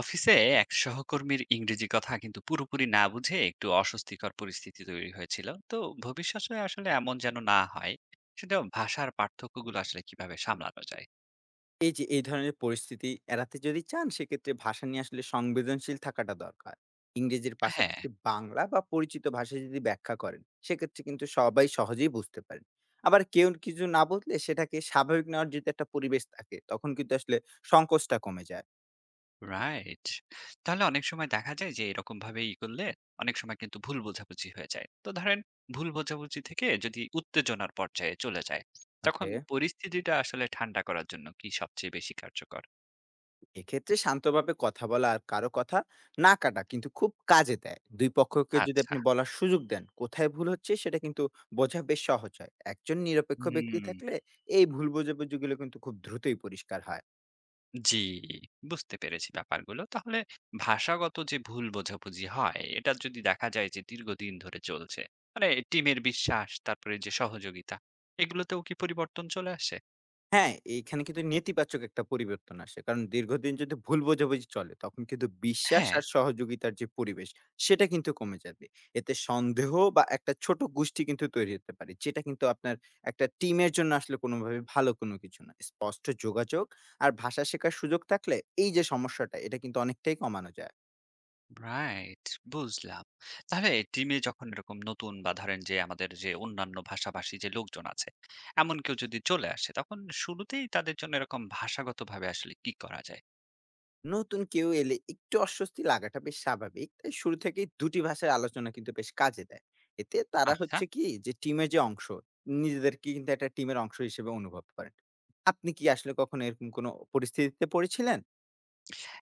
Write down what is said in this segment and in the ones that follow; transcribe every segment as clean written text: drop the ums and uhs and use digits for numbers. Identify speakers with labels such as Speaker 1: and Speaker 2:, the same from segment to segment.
Speaker 1: অফিসে এক সহকর্মীর ইংরেজি কথা কিন্তু পুরোপুরি না বুঝে একটু অস্বস্তিকর পরিস্থিতি তৈরি হয়েছিল। তো ভবিষ্যতে আসলে এমন যেন না হয়, সেটা ভাষার পার্থক্যগুলো আসলে কিভাবে সামলানো যায়?
Speaker 2: এই যে এই ধরনের পরিস্থিতি এড়াতে যদি চান সেক্ষেত্রে ভাষা নিয়ে আসলে সংবেদনশীল থাকাটা দরকার। ইংরেজির
Speaker 1: হ্যাঁ।
Speaker 2: পাশাপাশি বাংলা বা পরিচিত ভাষায় যদি ব্যাখ্যা করেন সেক্ষেত্রে কিন্তু সবাই সহজেই বুঝতে পারেন। আবার কেউ কিছু না বুঝলে সেটাকে স্বাভাবিক নেওয়ার যদি একটা পরিবেশ থাকে তখন কিন্তু আসলে সংকোচটা কমে যায়।
Speaker 1: রাইট। তাহলে অনেক সময় দেখা যায় যে এরকম ভাবে ই করলে অনেক সময় কিন্তু ভুল বোঝাবুঝি হয়ে যায়। তো ধরেন, ভুল বোঝাবুঝি থেকে যদি উত্তেজনার পর্যায়ে চলে যায়, তখন
Speaker 2: ওকে।
Speaker 1: পরিস্থিতিটা আসলে ঠান্ডা করার জন্য কি সবচেয়ে বেশি কার্যকর?
Speaker 2: এক্ষেত্রে শান্তভাবে কথা বলা আর কারো কথা না কাটা কিন্তু খুব কাজে দেয়। দুই পক্ষকে যদি
Speaker 1: আচ্ছা।
Speaker 2: আপনি বলার সুযোগ দেন কোথায় ভুল হচ্ছে সেটা কিন্তু বোঝা বেশ সহজ হয়। একজন নিরপেক্ষ ব্যক্তি
Speaker 1: হুম।
Speaker 2: থাকলে এই ভুল বোঝাবুঝিগুলো কিন্তু খুব দ্রুতই পরিষ্কার হয়।
Speaker 1: জি, বুঝতে পেরেছি ব্যাপারগুলো। তাহলে ভাষাগত যে ভুল বোঝাবুঝি হয়, এটা যদি দেখা যায় যে দীর্ঘদিন ধরে চলছে, মানে টিমের বিশ্বাস, তারপরে যে সহযোগিতা, এগুলোতেও কি পরিবর্তন চলে আসে?
Speaker 2: হ্যাঁ, এইখানে কিন্তু নেতিবাচক একটা পরিবর্তন আসে। কারণ দীর্ঘদিন যদি ভুল বোঝাবুঝি চলে, তখন কিন্তু বিশ্বাস
Speaker 1: হ্যাঁ।
Speaker 2: আর সহযোগিতার যে পরিবেশ, সেটা কিন্তু কমে যাবে। এতে সন্দেহ বা একটা ছোট গোষ্ঠী কিন্তু তৈরি হতে পারে। যেটা কিন্তু আপনার একটা টিমের জন্য আসলে কোনোভাবে ভালো কোনো কিছু না। স্পষ্ট যোগাযোগ আর ভাষা শেখার সুযোগ থাকলে এই যে সমস্যাটা, এটা কিন্তু অনেকটাই কমানো যায়।
Speaker 1: রাইট, বুঝলাম। তাহলে টিমে যখন এরকম নতুন বা ধরেন যে আমাদের যে অন্যান্য ভাষাভাষী যে লোকজন আছে, এমন কেউ যদি চলে আসে, তখন শুরুতেই তাদের জন্য এরকম ভাষাগতভাবে আসলে কি করা যায়?
Speaker 2: নতুন কেউ এলে একটু অস্বস্তি লাগাটা বেশ স্বাভাবিক। তাই শুরু থেকেই ২ টি ভাষার আলোচনা কিন্তু বেশ কাজে দেয়। এতে তারা
Speaker 1: আচ্ছা।
Speaker 2: হচ্ছে কি যে টিমের যে অংশ, নিজেদেরকে কিন্তু একটা টিমের অংশ হিসেবে অনুভব করেন। আপনি কি আসলে কখনো এরকম কোনো পরিস্থিতিতে পড়েছিলেন?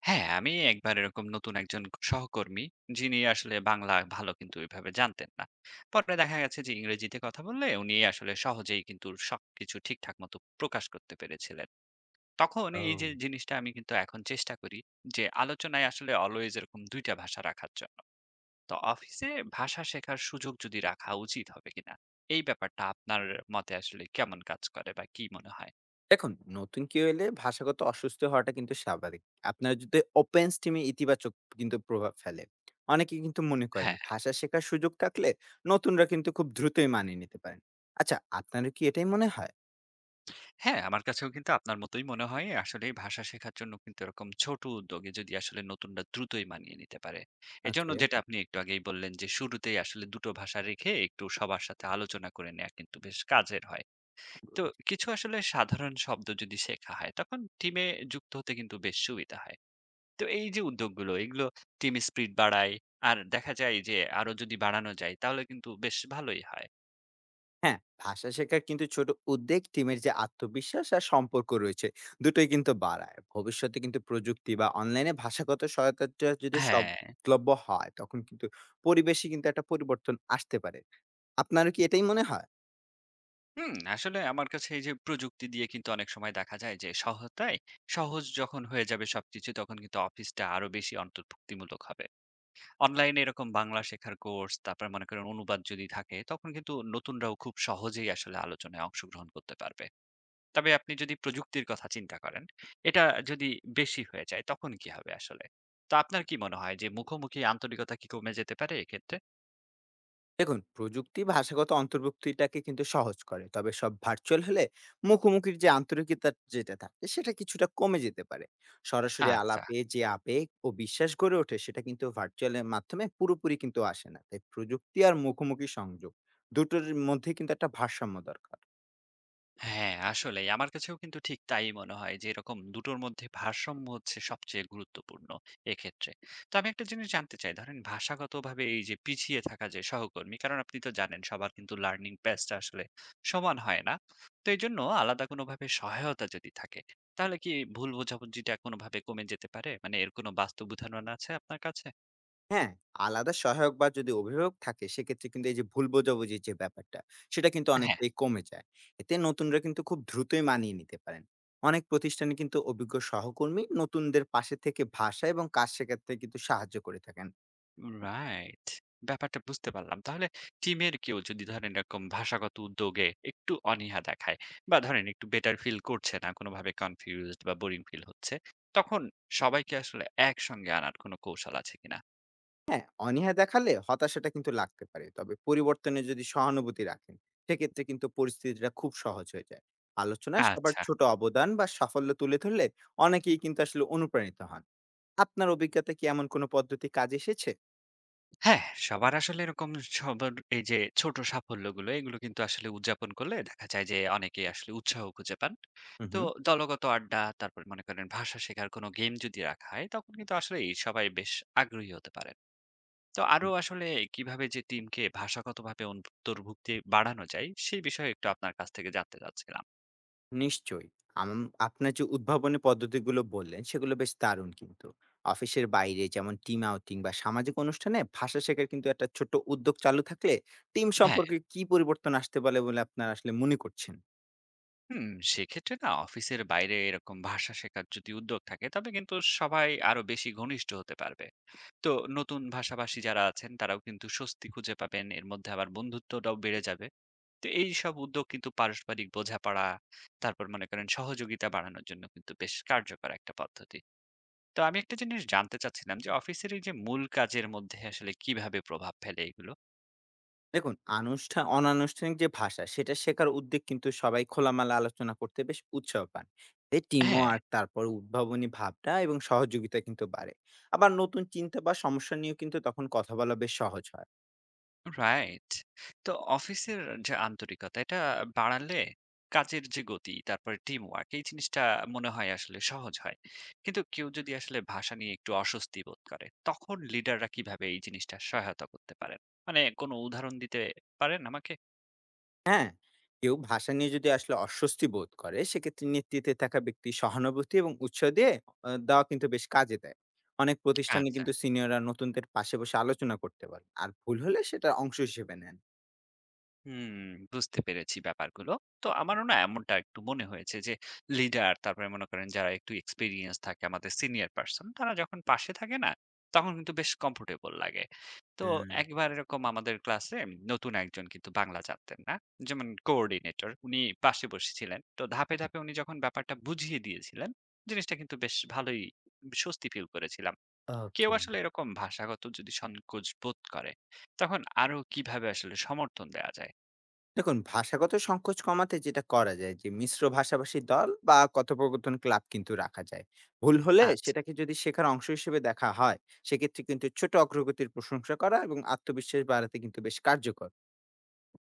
Speaker 1: হ্যাঁ, আমি একবার এরকম নতুন একজন সহকর্মী, যিনি আসলে বাংলা ভালো কিন্তু ওইভাবে জানতেন না। পরে দেখা গেছে যে ইংরেজিতে কথা বললে উনি আসলে সহজেই কিন্তু সবকিছু ঠিকঠাক মতো প্রকাশ করতে পেরেছিলেন। তখন এই যে
Speaker 2: ও।
Speaker 1: জিনিসটা আমি কিন্তু এখন চেষ্টা করি, যে আলোচনায় আসলে অলওয়েজ এরকম ২ টা ভাষা রাখার জন্য। তো অফিসে ভাষা শেখার সুযোগ যদি রাখা উচিত হবে কিনা, এই ব্যাপারটা আপনার মতে আসলে কেমন কাজ করে বা কি মনে হয়?
Speaker 2: দেখুন, নতুন কেউ এলে ভাষাগত অস্বস্তি হওয়াটা কিন্তু স্বাভাবিক। আপনারা যদি ওপেন স্টিমে ইতিবাচক কিন্তু প্রভাব ফেলে। অনেকে কিন্তু মনে করেন
Speaker 1: হ্যাঁ।
Speaker 2: ভাষা শেখার সুযোগ থাকলে নতুনরা কিন্তু খুব দ্রুতই মানিয়ে নিতে পারেন। আচ্ছা, আপনারও কি এটাই মনে হয়?
Speaker 1: হ্যাঁ, আমার কাছেও কিন্তু আপনার মতোই মনে হয়। আসলেই ভাষা শেখার জন্য কিন্তু এরকম ছোট উদ্যোগে যদি আসলে নতুনরা দ্রুতই মানিয়ে নিতে পারে। এজন্য
Speaker 2: ওকে।
Speaker 1: যেটা আপনি একটু আগেই বললেন, যে শুরুতেই আসলে ২ টো ভাষা রেখে একটু সবার সাথে আলোচনা করে নেয়া কিন্তু বেশ কাজের হয়। তো কিছু আসলে সাধারণ শব্দ যদি শেখা হয়, তখন টিমে যুক্ত হতে কিন্তু বেশ সুবিধা হয়। তো এই যে উদ্যোগগুলো, এগুলো টিম স্পিরিট বাড়ায়। আর দেখা যায় যে আরো যদি বাড়ানো যায় তাহলে কিন্তু বেশ ভালোই হয়।
Speaker 2: হ্যাঁ, ভাষা শেখার কিন্তু ছোট উদ্যোগ টিমের যে আত্মবিশ্বাস আর সম্পর্ক রয়েছে, দুটোই কিন্তু বাড়ায়। ভবিষ্যতে কিন্তু প্রযুক্তি বা অনলাইনে ভাষাগত সহায়তাটা যদি
Speaker 1: হ্যাঁ।
Speaker 2: সলভ্য হয়, তখন কিন্তু পরিবেশে কিন্তু একটা পরিবর্তন আসতে পারে। আপনারও কি এটাই মনে হয়?
Speaker 1: হুম, আসলে আমার কাছে এই যে প্রযুক্তি দিয়ে কিন্তু অনেক সময় দেখা যায় যে সহায়তায় সহজ যখন হয়ে যাবে সবকিছু, তখন কিন্তু অফিসটা আরো বেশি অন্তর্ভুক্তিমূলক হবে। অনলাইনে এরকম বাংলা শেখার কোর্স, তারপর মনে করেন অনুবাদ যদি থাকে, তখন কিন্তু নতুনরাও খুব সহজেই আসলে আলোচনায় অংশগ্রহণ করতে পারবে। তবে আপনি যদি প্রযুক্তির কথা চিন্তা করেন, এটা যদি বেশি হয়ে যায় তখন কি হবে আসলে? তো আপনার কি মনে হয় যে মুখোমুখি আন্তরিকতা কি কমে যেতে পারে এক্ষেত্রে?
Speaker 2: দেখুন, প্রযুক্তি ভাষাগত অন্তর্ভুক্তিটাকে কিন্তু সহজ করে। তবে সব ভার্চুয়াল হলে মুখোমুখির যে আন্তরিকতা যেটা থাকে সেটা কিছুটা কমে যেতে পারে। সরাসরি
Speaker 1: আচ্ছা।
Speaker 2: আলাপে যে আবেগ ও বিশ্বাস গড়ে ওঠে সেটা কিন্তু ভার্চুয়ালের মাধ্যমে পুরোপুরি কিন্তু আসে না। তাই প্রযুক্তি আর মুখোমুখি সংযোগ দুটোর মধ্যে কিন্তু একটা ভারসাম্য দরকার।
Speaker 1: হ্যাঁ, আসলেই আমার কাছেও কিন্তু ঠিক তাই মনে হয় যে এরকম দুটোর মধ্যে ভারসাম্য হচ্ছে সবচেয়ে গুরুত্বপূর্ণ এক্ষেত্রে। তো আমি একটা জিনিস জানতে চাই, ধরেন ভাষাগতভাবে এই যে পিছিয়ে থাকা যে সহকর্মী, কারণ আপনি তো জানেন সবার কিন্তু লার্নিং পেজটা আসলে সমান হয় না। তো এইজন্য আলাদা কোনোভাবে সহায়তা যদি থাকে, তাহলে কি ভুল বোঝাবুঝিটা কোনোভাবে কমে যেতে পারে? মানে এর কোনো বাস্তব উদাহরণ আছে আপনার কাছে?
Speaker 2: হ্যাঁ, আলাদা সহায়ক বা যদি অভিভাবক থাকে সেক্ষেত্রে কিন্তু এই যে ভুল বোঝাবুঝির যে ব্যাপারটা, সেটা কিন্তু অনেকটাই কমে যায়। এতে নতুনরা কিন্তু খুব দ্রুতই মানিয়ে নিতে পারেন। অনেক প্রতিষ্ঠানে কিন্তু অভিজ্ঞ সহকর্মী নতুনদের পাশে থেকে ভাষা এবং কাজ শেখাতে কিন্তু সাহায্য করে থাকেন।
Speaker 1: রাইট। ব্যাপারটা বুঝতে পারলাম। তাহলে টিমের কেউ যদি ধরেন এরকম ভাষাগত উদ্যোগে একটু অনীহা দেখায়, বা ধরেন একটু বেটার ফিল করছে না, কোনোভাবে কনফিউজড বা বোরিং ফিল হচ্ছে, তখন সবাইকে আসলে একসঙ্গে আনার কোনো কৌশল আছে কিনা?
Speaker 2: হ্যাঁ, অনীহা দেখালে হতাশাটা কিন্তু লাগতে পারে। তবে পরিবর্তনে যদি সহানুভূতি রাখেন, সেক্ষেত্রে কিন্তু পরিস্থিতিটা খুব সহজ হয়ে যায়। আলোচনায় সবার
Speaker 1: আচ্ছা।
Speaker 2: ছোট অবদান বা সাফল্য তুলে ধরলে অনেকেই কিন্তু আসলে অনুপ্রাণিত হন। আপনার অভিজ্ঞতা কি এমন কোনো পদ্ধতি কাজে এসেছে?
Speaker 1: হ্যাঁ, সবার আসলে এরকম সবার এই যে ছোট সাফল্যগুলো, এগুলো কিন্তু আসলে উদযাপন করলে দেখা যায় যে অনেকেই আসলে উৎসাহ খুঁজে পান।
Speaker 2: হুম,
Speaker 1: তো
Speaker 2: হুম।
Speaker 1: দলগত আড্ডা, তারপরে মনে করেন ভাষা শেখার কোনো গেম যদি রাখা হয়, তখন কিন্তু আসলেই সবাই বেশ আগ্রহী হতে পারে। তো
Speaker 2: উ
Speaker 1: আরো আসলে কিভাবে যে টিমকে ভাষাগতভাবে অন্তর্ভুক্তি বাড়ানো যায়, সেই বিষয়ে একটু আপনার কাছ থেকে জানতে চাচ্ছিলাম।
Speaker 2: নিশ্চয়ই। আম আপনার যে উদ্ভাবনী পদ্ধতিগুলো বললেন, সেগুলো বেশ দারুণ কিন্তু। অফিসের বাইরে যেমন টিম আউটিং বা সামাজিক অনুষ্ঠানে ভাষা শেখার কিন্তু একটা ছোট্ট উদ্যোগ চালু থাকলে টিম
Speaker 1: হ্যাঁ।
Speaker 2: সম্পর্কে কি পরিবর্তন আসতে পারে বলে আপনার আসলে মনে করছেন?
Speaker 1: হুম। সেক্ষেত্রে না, অফিসের বাইরে এরকম ভাষা শেখার যদি উদ্যোগ থাকে, তবে কিন্তু সবাই আরো বেশি ঘনিষ্ঠ হতে পারবে। তো নতুন ভাষাভাষী যারা আছেন তারাও কিন্তু স্বস্তি খুঁজে পাবেন, এর মধ্যে আবার বন্ধুত্বটাও বেড়ে যাবে। তো এই সব উদ্যোগ কিন্তু পারস্পরিক বোঝাপড়া, তারপর মনে করেন সহযোগিতা বাড়ানোর জন্য কিন্তু বেশ কার্যকর একটা পদ্ধতি। তো আমি একটা জিনিস জানতে চাচ্ছিলাম যে অফিসের এই যে মূল কাজের মধ্যে আসলে কিভাবে প্রভাব ফেলে এগুলো?
Speaker 2: দেখুন, অনানুষ্ঠানিক যে ভাষা, সেটা শেখার উদ্যোগ কিন্তু সবাই খোলামেলা আলোচনা করতে বেশ উৎসাহ পান। এতে
Speaker 1: হ্যাঁ।
Speaker 2: টিমওয়ার্ক, তারপর উদ্ভাবনী ভাবটা এবং সহযোগিতা কিন্তু বাড়ে। আবার নতুন চিন্তা বা সমস্যা নিয়েও কিন্তু তখন কথা বলা বেশ সহজ হয়।
Speaker 1: রাইট। তো অফিসের যে আন্তরিকতা, এটা বাড়ালে কাজের যে গতি, তারপরে টিম ওয়ার্ক, এই জিনিসটা মনে হয় আসলে সহজ হয়। কিন্তু কেউ যদি আসলে ভাষা নিয়ে একটু অস্বস্তি বোধ করে, তখন লিডাররা কিভাবে এই জিনিসটা সহায়তা করতে পারেন? মানে কোনো উদাহরণ দিতে পারেন আমাকে?
Speaker 2: হ্যাঁ, কেউ ভাষা নিয়ে যদি আসলে অস্বস্তি বোধ করে সেক্ষেত্রে নেতৃত্বে থাকা ব্যক্তি সহানুভূতি এবং উৎসাহ দিয়ে দেওয়া কিন্তু বেশ কাজে দেয়। অনেক প্রতিষ্ঠানে
Speaker 1: আচ্ছা।
Speaker 2: কিন্তু সিনিয়ররা নতুনদের পাশে বসে আলোচনা করতে পারেন আর ভুল হলে সেটা অংশ হিসেবে নেন।
Speaker 1: হুম। বুঝতে পেরেছি ব্যাপারগুলো। তো আমারও না এমনটা একটু মনে হয়েছে, যে লিডার, তারপরে মনে করেন যারা একটু এক্সপিরিয়েন্স থাকে, আমাদের সিনিয়র পার্সন, তারা যখন পাশে থাকে না তখন কিন্তু বেশ কমফোর্টেবল লাগে। তো
Speaker 2: হ্যাঁ।
Speaker 1: একবার এরকম আমাদের ক্লাসে নতুন একজন কিন্তু বাংলা জানতেন না, যেমন কোঅর্ডিনেটর উনি পাশে বসেছিলেন, তো ধাপে ধাপে উনি যখন ব্যাপারটা বুঝিয়ে দিয়েছিলেন, জিনিসটা কিন্তু বেশ ভালোই স্বস্তি ফিল করেছিলাম। কেউ
Speaker 2: ওকে।
Speaker 1: আসলে এরকম ভাষাগত যদি সংকোচ বোধ করে, তখন আরো কিভাবে আসলে সমর্থন দেওয়া যায়?
Speaker 2: দেখুন, ভাষাগত সংকোচ কমাতে যেটা করা যায় যে মিশ্র ভাষাভাষী দল বা কথোপকথন ক্লাব কিন্তু রাখা যায়। ভুল হলে
Speaker 1: আচ্ছা।
Speaker 2: সেটাকে যদি শেখার অংশ হিসেবে দেখা হয় সেক্ষেত্রে কিন্তু ছোট অগ্রগতির প্রশংসা করা এবং আত্মবিশ্বাস বাড়াতে কিন্তু বেশ কার্যকর।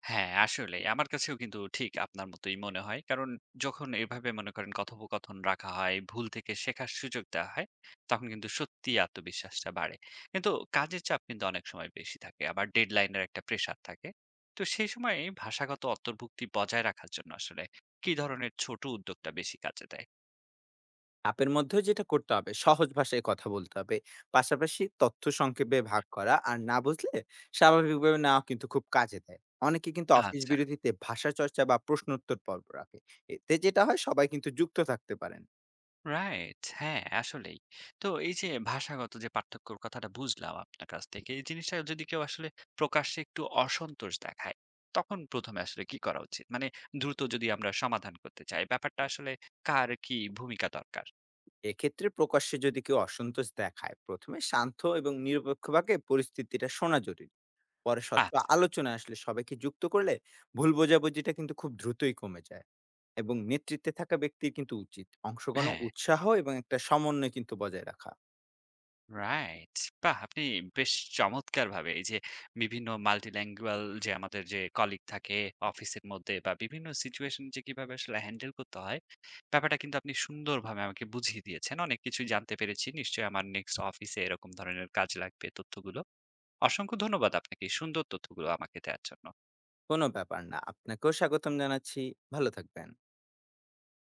Speaker 1: হ্যাঁ, আসলেই। আমার কাছেও কিন্তু ঠিক আপনার মতোই মনে হয়। কারণ যখন এভাবে মনে করেন কথোপকথন রাখা হয়, ভুল থেকে শেখার সুযোগ দেওয়া হয়, তখন কিন্তু সত্যিই আত্মবিশ্বাসটা বাড়ে। কিন্তু কাজের চাপ কিন্তু অনেক সময় বেশি থাকে। আবার ডেডলাইন এর একটা প্রেশার থাকে। তো সেই সময় ভাষাগত অন্তর্ভুক্তি বজায় রাখার জন্য আসলে কি ধরনের ছোট উদ্যোগটা বেশি কাজে দেয়?
Speaker 2: চাপের মধ্যেও যেটা করতে হবে সহজ ভাষায় কথা বলতে হবে। পাশাপাশি তথ্য সংক্ষেপে ভাগ করা আর না বুঝলে স্বাভাবিকভাবে নেওয়া কিন্তু খুব কাজে দেয়। অনেকে কিন্তু অফিস
Speaker 1: আচ্ছা।
Speaker 2: বিরতিতে ভাষা চর্চা বা প্রশ্নোত্তর পর্ব রাখে। এতে যেটা হয় সবাই কিন্তু যুক্ত থাকতে পারেন।
Speaker 1: রাইট। হ্যাঁ, আসলেই। তো এই যে ভাষাগত যে পার্থক্যর কথাটা বুঝলাম আপনার কাছ থেকে। এই জিনিসটা যদি কেউ আসলে প্রকাশ্যে একটু অসন্তোষ দেখায়, তখন ১ম এ আসলে কি করা উচিত? মানে দ্রুত যদি আমরা সমাধান করতে চাই, ব্যাপারটা আসলে কার কি ভূমিকা দরকার?
Speaker 2: এক্ষেত্রে প্রকাশ্যে যদি কেউ অসন্তোষ দেখায় প্রথমে শান্ত এবং নিরপেক্ষভাবে পরিস্থিতিটা শোনা জরুরি। পরে স্বচ্ছ
Speaker 1: আচ্ছা,
Speaker 2: আলোচনায় আসলে সবাইকে যুক্ত করলে ভুল বোঝাবুঝিটা কিন্তু খুব দ্রুতই কমে যায়। এবং নেতৃত্বে থাকা ব্যক্তির কিন্তু উচিত অংশগ্রহণ
Speaker 1: হ্যাঁ।
Speaker 2: উৎসাহ এবং একটা সমন্বয় কিন্তু বজায় রাখা।
Speaker 1: রাইট। বাহ! আপনি বেশ চমৎকারভাবে এই যে বিভিন্ন মাল্টিল্যাঙ্গুয়াল যে আমাদের যে কলিগ থাকে অফিসের মধ্যে, বা বিভিন্ন সিচুয়েশন যে কিভাবে আসলে হ্যান্ডেল করতে হয়, ব্যাপারটা কিন্তু আপনি সুন্দরভাবে আমাকে বুঝিয়ে দিয়েছেন। অনেক কিছুই জানতে পেরেছি। নিশ্চয়ই আমার নেক্সট অফিসে এরকম ধরনের কাজ লাগবে তথ্যগুলো। অসংখ্য ধন্যবাদ আপনাকে এই সুন্দর তথ্যগুলো আমাকে দেয়ার জন্য।
Speaker 2: কোনো ব্যাপার না, আপনাকেও স্বাগতম জানাচ্ছি। ভালো থাকবেন।